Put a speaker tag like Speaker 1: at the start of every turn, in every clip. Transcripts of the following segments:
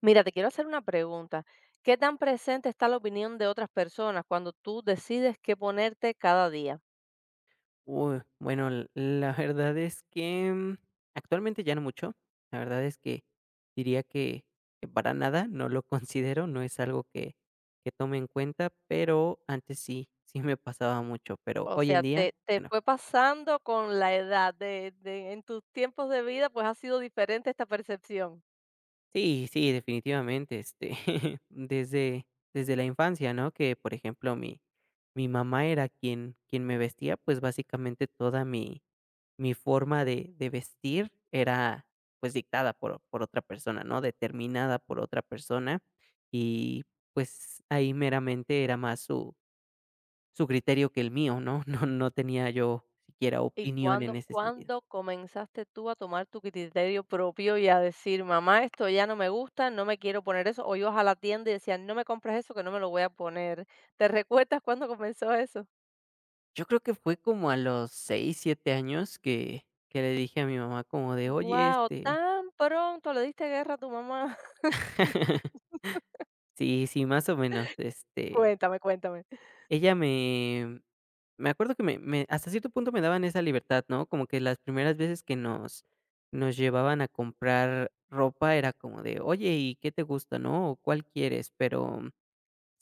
Speaker 1: Mira, te quiero hacer una pregunta. ¿Qué tan presente está la opinión de otras personas cuando tú decides qué ponerte cada día?
Speaker 2: Uy, bueno, l la verdad es que, actualmente ya no mucho. La verdad es que diría que para nada, no lo considero, no es algo que tome en cuenta, pero antes sí, sí me pasaba mucho, pero
Speaker 1: O
Speaker 2: hoy en
Speaker 1: sea,
Speaker 2: día
Speaker 1: te
Speaker 2: ya no.
Speaker 1: fue pasando con la edad en tus tiempos de vida, pues ha sido diferente esta percepción.
Speaker 2: Sí, sí, definitivamente, este, desde desde la infancia, ¿no? Que, por ejemplo, mi mamá era quien me vestía, pues, básicamente toda mi forma de vestir era, pues, dictada por otra persona, ¿no? Determinada por otra persona y, pues, ahí meramente era más su criterio que el mío, ¿no? No tenía yo siquiera
Speaker 1: ¿Y
Speaker 2: opinión en
Speaker 1: cuándo,
Speaker 2: ese sentido.
Speaker 1: cuándo comenzaste tú a tomar tu criterio propio y a decir, mamá, esto ya no me gusta, no me quiero poner eso? O ibas a la tienda y decías, no me compres eso, que no me lo voy a poner. ¿Te recuerdas cuándo comenzó eso?
Speaker 2: Yo creo que fue como a los 6 7 años que le dije a mi mamá como de: "Oye,
Speaker 1: Guau,
Speaker 2: este".
Speaker 1: tan pronto le diste guerra a tu mamá.
Speaker 2: Sí, sí, más o menos, este,
Speaker 1: Cuéntame, cuéntame.
Speaker 2: ella me acuerdo que me hasta cierto punto me daban esa libertad, ¿no? Como que las primeras veces que nos llevaban a comprar ropa era como de: "Oye, ¿y qué te gusta, no? ¿O cuál quieres?". Pero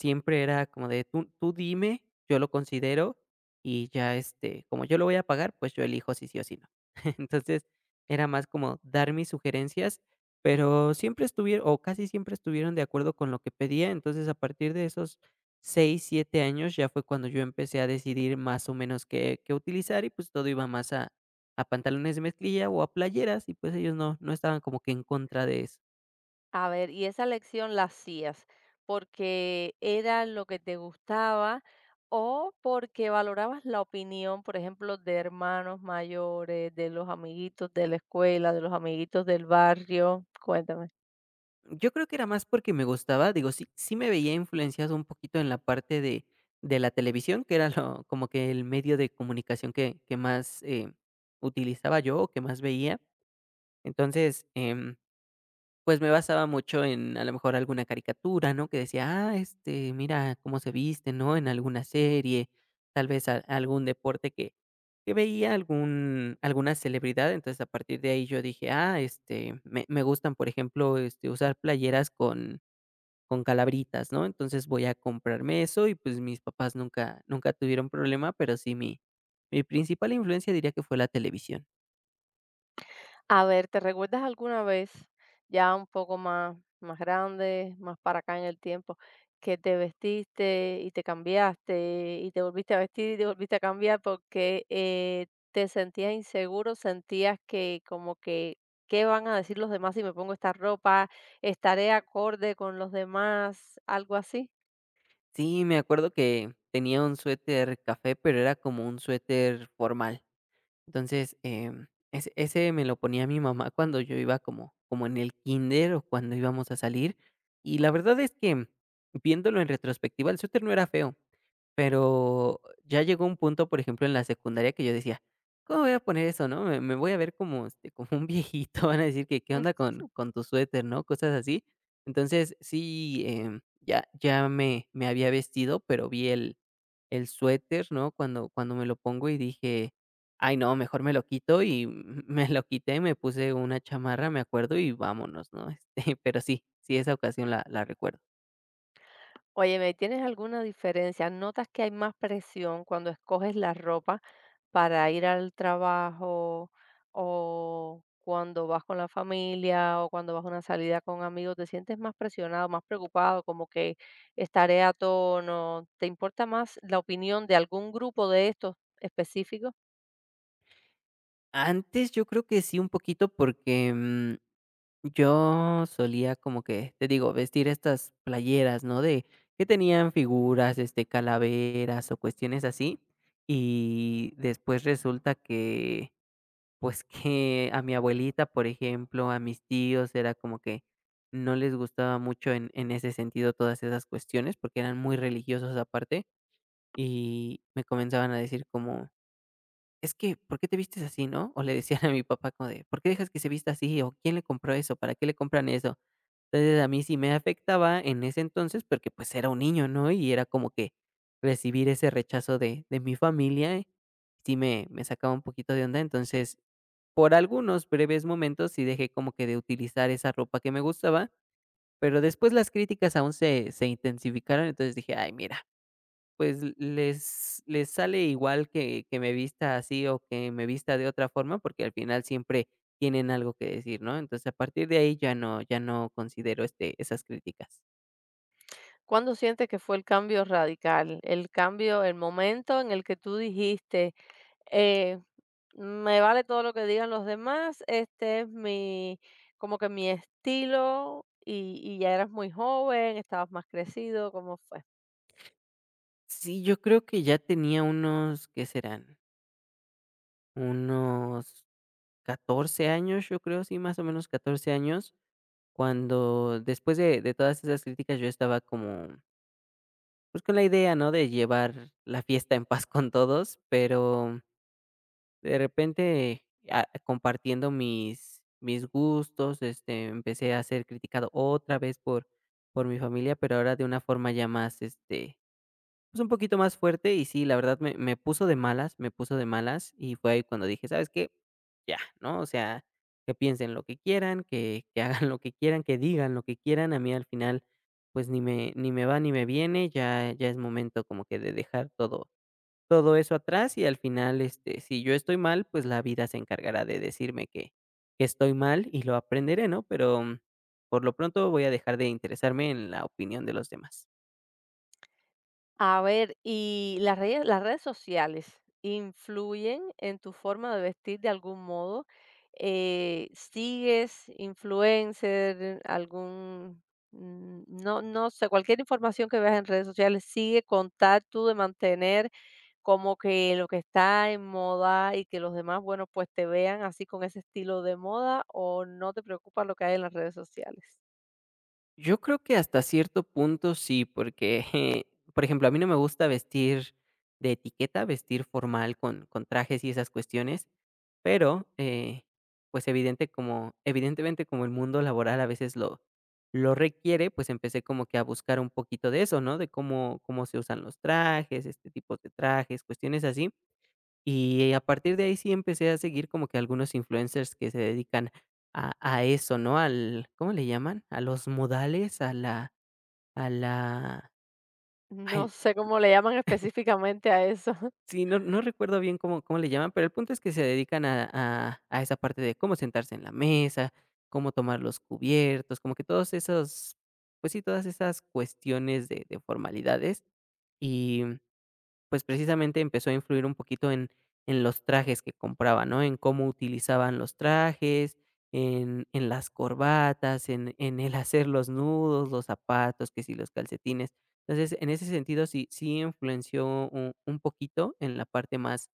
Speaker 2: Siempre era como de tú dime, yo lo considero y ya, este, como yo lo voy a pagar, pues yo elijo si sí o si no. Entonces, era más como dar mis sugerencias, pero siempre estuvieron o casi siempre estuvieron de acuerdo con lo que pedía. Entonces, a partir de esos 6 7 años ya fue cuando yo empecé a decidir más o menos qué utilizar y, pues, todo iba más a pantalones de mezclilla o a playeras y, pues, ellos no estaban como que en contra de eso.
Speaker 1: A ver, ¿y esa lección la hacías porque era lo que te gustaba o porque valorabas la opinión, por ejemplo, de hermanos mayores, de los amiguitos de la escuela, de los amiguitos del barrio? Cuéntame.
Speaker 2: Yo creo que era más porque me gustaba, digo, sí sí me veía influenciado un poquito en la parte de la televisión, que era lo como que el medio de comunicación que más, utilizaba yo, o que más veía. Entonces, pues, me basaba mucho en, a lo mejor, alguna caricatura, ¿no? Que decía: "Ah, este, mira cómo se viste", ¿no? En alguna serie, tal vez a algún deporte que veía algún alguna celebridad. Entonces, a partir de ahí yo dije: "Ah, este, me gustan, por ejemplo, este, usar playeras con calabritas, ¿no?". Entonces voy a comprarme eso y pues mis papás nunca, nunca tuvieron problema, pero sí mi principal influencia diría que fue la televisión.
Speaker 1: A ver, ¿te recuerdas alguna vez, ya un poco más, más grande, más para acá en el tiempo, que te vestiste y te cambiaste y te volviste a vestir y te volviste a cambiar porque te sentías inseguro, sentías que como que qué van a decir los demás si me pongo esta ropa? ¿Estaré acorde con los demás? Algo así.
Speaker 2: Sí, me acuerdo que tenía un suéter café, pero era como un suéter formal. Entonces, ese me lo ponía mi mamá cuando yo iba como en el kinder o cuando íbamos a salir, y la verdad es que, viéndolo en retrospectiva, el suéter no era feo, pero ya llegó un punto, por ejemplo, en la secundaria que yo decía: "¿Cómo voy a poner eso, no? Me voy a ver como, este, como un viejito, van a decir que, ¿qué onda con tu suéter?", ¿no? Cosas así. Entonces, sí, ya me había vestido, pero vi el suéter, ¿no? Cuando me lo pongo y dije: "Ay, no, mejor me lo quito", y me lo quité, me puse una chamarra, me acuerdo, y vámonos, ¿no? Este, pero sí, sí, esa ocasión la recuerdo.
Speaker 1: Oye, ¿me tienes alguna diferencia? ¿Notas que hay más presión cuando escoges la ropa para ir al trabajo o cuando vas con la familia o cuando vas a una salida con amigos? ¿Te sientes más presionado, más preocupado, como que estaré a tono? ¿Te importa más la opinión de algún grupo de estos específicos?
Speaker 2: Antes yo creo que sí un poquito porque yo solía como que, te digo, vestir estas playeras, ¿no? De que tenían figuras, este, calaveras o cuestiones así. Y después resulta que pues que a mi abuelita, por ejemplo, a mis tíos, era como que no les gustaba mucho en ese sentido todas esas cuestiones, porque eran muy religiosos aparte, y me comenzaban a decir como: "Es que, ¿por qué te vistes así?", ¿no? O le decían a mi papá como de: "¿Por qué dejas que se vista así? ¿O quién le compró eso? ¿Para qué le compran eso?". Entonces, a mí sí me afectaba en ese entonces, porque, pues, era un niño, ¿no? Y era como que recibir ese rechazo de mi familia, sí me sacaba un poquito de onda. Entonces por algunos breves momentos sí dejé como que de utilizar esa ropa que me gustaba, pero después las críticas aún se intensificaron, entonces dije: "Ay, mira, pues les sale igual que me vista así o que me vista de otra forma", porque al final siempre tienen algo que decir, ¿no? Entonces, a partir de ahí ya no considero, este, esas críticas.
Speaker 1: ¿Cuándo sientes que fue el cambio radical? El cambio, el momento en el que tú dijiste: Eh, "Me vale todo lo que digan los demás, este es mi, como que mi estilo". Y y ya eras muy joven, estabas más crecido, ¿cómo fue?
Speaker 2: Sí, yo creo que ya tenía unos, ¿qué serán? Unos 14 años, yo creo, sí, más o menos 14 años. Cuando después de todas esas críticas, yo estaba como, pues, con la idea, ¿no?, de llevar la fiesta en paz con todos, pero de repente, compartiendo mis gustos, este, empecé a ser criticado otra vez por mi familia, pero ahora de una forma ya más, este, pues, un poquito más fuerte y sí, la verdad me puso de malas, me puso de malas, y fue ahí cuando dije: "¿Sabes qué? Ya", ¿no? O sea, que piensen lo que quieran, que hagan lo que quieran, que digan lo que quieran, a mí al final, pues, ni me va ni me viene, ya es momento como que de dejar todo eso atrás, y al final, este, si yo estoy mal, pues, la vida se encargará de decirme que estoy mal y lo aprenderé, ¿no? Pero, por lo pronto voy a dejar de interesarme en la opinión de los demás.
Speaker 1: A ver, ¿y las redes sociales influyen en tu forma de vestir de algún modo? ¿Sigues influencer, algún, mm, no, no sé, cualquier información que veas en redes sociales, sigue con tal tú de mantener como que lo que está en moda y que los demás, bueno, pues te vean así con ese estilo de moda, o no te preocupa lo que hay en las redes sociales?
Speaker 2: Yo creo que hasta cierto punto sí, porque, por ejemplo, a mí no me gusta vestir de etiqueta, vestir formal con trajes y esas cuestiones, pero pues evidentemente como el mundo laboral a veces lo requiere, pues empecé como que a buscar un poquito de eso, ¿no? De cómo se usan los trajes, este tipo de trajes, cuestiones así. Y a partir de ahí sí empecé a seguir como que algunos influencers que se dedican a eso, ¿no? Al ¿cómo le llaman? A los modales, a la
Speaker 1: No
Speaker 2: ay,
Speaker 1: sé cómo le llaman específicamente a eso.
Speaker 2: sí, no recuerdo bien cómo le llaman, pero el punto es que se dedican a esa parte de cómo sentarse en la mesa, cómo tomar los cubiertos, como que todos esos, pues sí, todas esas cuestiones de formalidades. Y pues, precisamente empezó a influir un poquito en los trajes que compraba, ¿no? En cómo utilizaban los trajes, en las corbatas, en el hacer los nudos, los zapatos, que si los calcetines. Entonces, en ese sentido, sí influenció un poquito en la parte más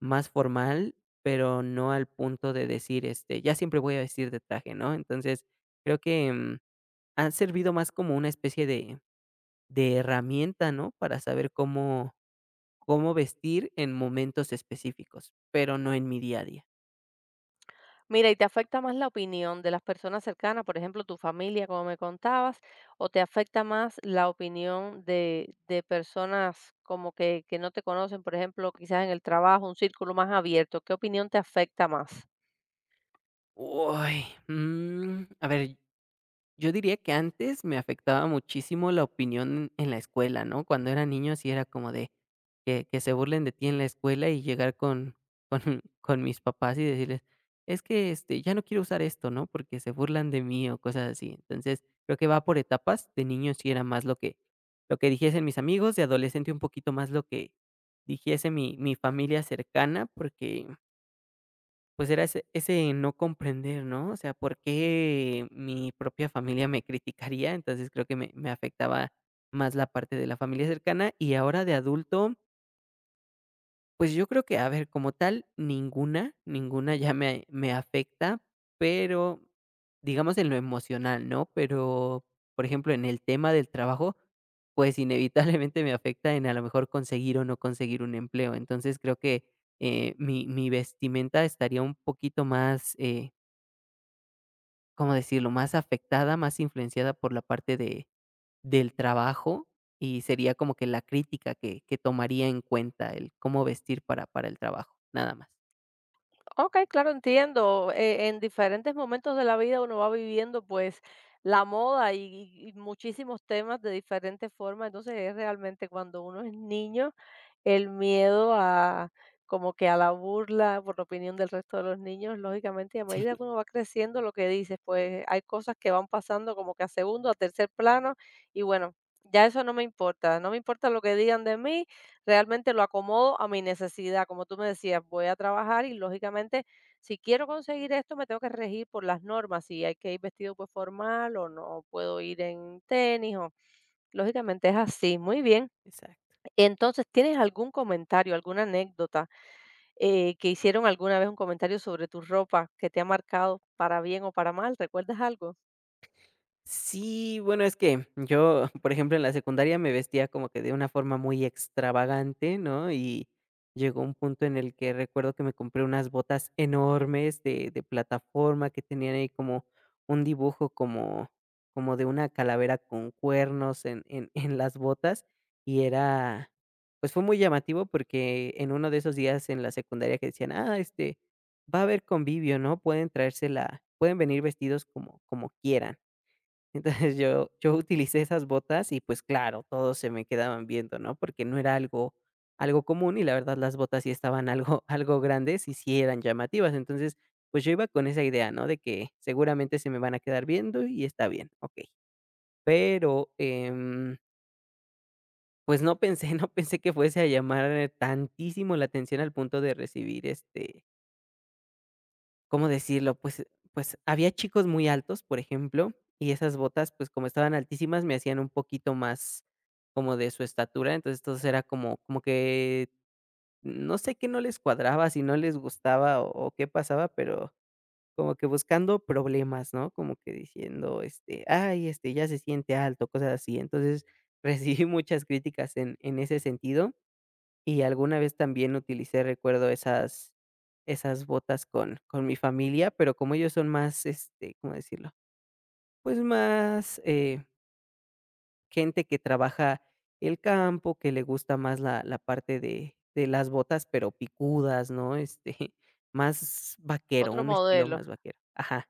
Speaker 2: más formal, pero no al punto de decir, este, ya siempre voy a vestir de traje, ¿no? Entonces, creo que, ha servido más como una especie de herramienta, ¿no? Para saber cómo vestir en momentos específicos, pero no en mi día a día.
Speaker 1: Mira, ¿y te afecta más la opinión de las personas cercanas, por ejemplo, tu familia, como me contabas, o te afecta más la opinión de personas como que no te conocen, por ejemplo, quizás en el trabajo, un círculo más abierto? ¿Qué opinión te afecta más?
Speaker 2: Uy, a ver, yo diría que antes me afectaba muchísimo la opinión en la escuela, ¿no? Cuando era niño sí era como de que, se burlen de ti en la escuela y llegar con mis papás y decirles, es que este, ya no quiero usar esto, ¿no? Porque se burlan de mí o cosas así. Entonces, creo que va por etapas. De niño sí era más lo que dijesen mis amigos, de adolescente un poquito más lo que dijese mi familia cercana, porque pues era ese no comprender, ¿no? O sea, ¿por qué mi propia familia me criticaría? Entonces creo que me afectaba más la parte de la familia cercana y ahora de adulto pues yo creo que, a ver, como tal, ninguna, ninguna ya me afecta, pero, digamos, en lo emocional, ¿no? Pero, por ejemplo, en el tema del trabajo, pues inevitablemente me afecta en a lo mejor conseguir o no conseguir un empleo. Entonces creo que mi vestimenta estaría un poquito más, ¿cómo decirlo?, más afectada, más influenciada por la parte del trabajo, y sería como que la crítica que tomaría en cuenta el cómo vestir para el trabajo, nada más.
Speaker 1: Okey, claro, entiendo. En diferentes momentos de la vida uno va viviendo, pues, la moda y muchísimos temas de diferentes formas. Entonces, es realmente cuando uno es niño, el miedo a como que a la burla por la opinión del resto de los niños, lógicamente, y a
Speaker 2: Sí.
Speaker 1: medida que uno va creciendo, lo que dices, pues hay cosas que van pasando como que a segundo, a tercer plano, y bueno, ya eso no me importa, no me importa lo que digan de mí, realmente lo acomodo a mi necesidad, como tú me decías, voy a trabajar y lógicamente, si quiero conseguir esto, me tengo que regir por las normas, si hay que ir vestido pues formal o no puedo ir en tenis, o lógicamente es así, muy bien.
Speaker 2: Exacto.
Speaker 1: Entonces, ¿tienes algún comentario, alguna anécdota, que hicieron alguna vez un comentario sobre tu ropa que te ha marcado para bien o para mal? ¿Recuerdas algo?
Speaker 2: Sí, bueno, es que yo, por ejemplo, en la secundaria me vestía como que de una forma muy extravagante, ¿no? Y llegó un punto en el que recuerdo que me compré unas botas enormes de plataforma que tenían ahí como un dibujo como de una calavera con cuernos en las botas y era, pues fue muy llamativo porque en uno de esos días en la secundaria que decían, este, va a haber convivio, ¿no? Pueden venir vestidos como quieran. Entonces yo utilicé esas botas y, pues, claro, todos se me quedaban viendo, ¿no? Porque no era algo común y la verdad las botas sí estaban algo algo grandes y sí eran llamativas. Entonces, pues, yo iba con esa idea, ¿no? De que seguramente se me van a quedar viendo y está bien, okey. Pero, pues, no pensé no pensé que fuese a llamar tantísimo la atención al punto de recibir, este, ¿cómo decirlo? Pues había chicos muy altos, por ejemplo, y esas botas, pues, como estaban altísimas, me hacían un poquito más como de su estatura, entonces, era como que no sé qué no les cuadraba, si no les gustaba o qué pasaba, pero como que buscando problemas, ¿no? Como que diciendo, este: "Ay, este, ya se siente alto", cosas así. Entonces, recibí muchas críticas en ese sentido. Y alguna vez también utilicé, recuerdo, esas botas con mi familia, pero como ellos son más, este, ¿cómo decirlo? Pues más, gente que trabaja el campo, que le gusta más la parte de las botas, pero picudas, ¿no? Este, más vaquero,
Speaker 1: Otro
Speaker 2: un estilo
Speaker 1: modelo.
Speaker 2: más vaquero. Ajá.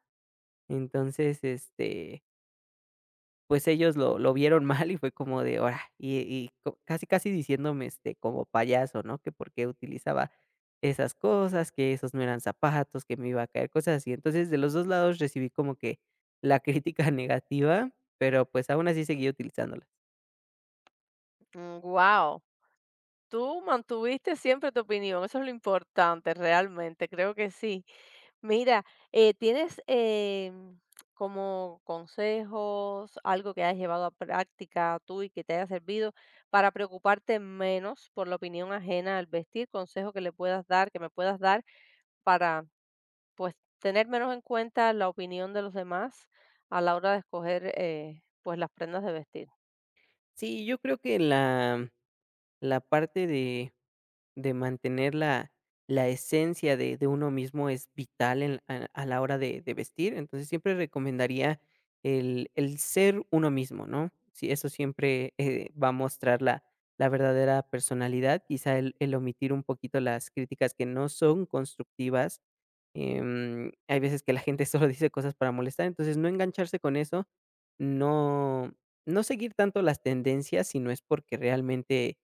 Speaker 2: Entonces, este, pues ellos lo vieron mal y fue como de ahora y co casi, casi diciéndome, este, como payaso, ¿no? Que por qué utilizaba esas cosas, que esos no eran zapatos, que me iba a caer, cosas así. Entonces, de los 2 lados recibí como que la crítica negativa, pero, pues, aún así seguí utilizándolas.
Speaker 1: Wow. Tú mantuviste siempre tu opinión, eso es lo importante, realmente, creo que sí. Mira, ¿tienes como consejos, algo que hayas llevado a práctica tú y que te haya servido para preocuparte menos por la opinión ajena al vestir? Consejo que le puedas dar, que me puedas dar para pues tener menos en cuenta la opinión de los demás a la hora de escoger, pues, las prendas de vestir.
Speaker 2: Sí, yo creo que la parte de mantener la esencia de uno mismo es vital en a la hora de vestir. Entonces, siempre recomendaría el ser uno mismo, ¿no? Sí, eso siempre, va a mostrar la verdadera personalidad. Quizá el omitir un poquito las críticas que no son constructivas. Hay veces que la gente solo dice cosas para molestar, entonces no engancharse con eso, no no seguir tanto las tendencias si no es porque realmente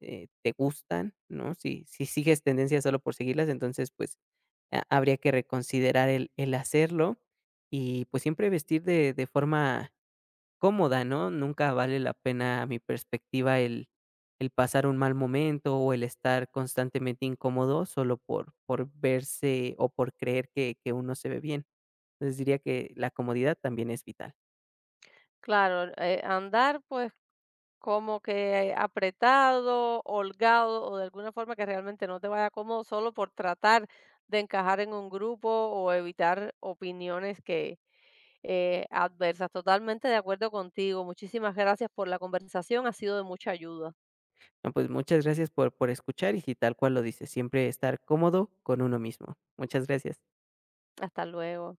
Speaker 2: te gustan, ¿no? Si sigues tendencias solo por seguirlas, entonces, pues, ha habría que reconsiderar el hacerlo y, pues, siempre vestir de forma cómoda, ¿no? Nunca vale la pena, a mi perspectiva, el pasar un mal momento o el estar constantemente incómodo solo por verse o por creer que uno se ve bien. Entonces, diría que la comodidad también es vital.
Speaker 1: Claro, andar pues como que apretado, holgado o de alguna forma que realmente no te vaya cómodo solo por tratar de encajar en un grupo o evitar opiniones que adversas. Totalmente de acuerdo contigo. Muchísimas gracias por la conversación, ha sido de mucha ayuda.
Speaker 2: No, pues, muchas gracias por escuchar y si tal cual lo dice, siempre estar cómodo con uno mismo. Muchas gracias.
Speaker 1: Hasta luego.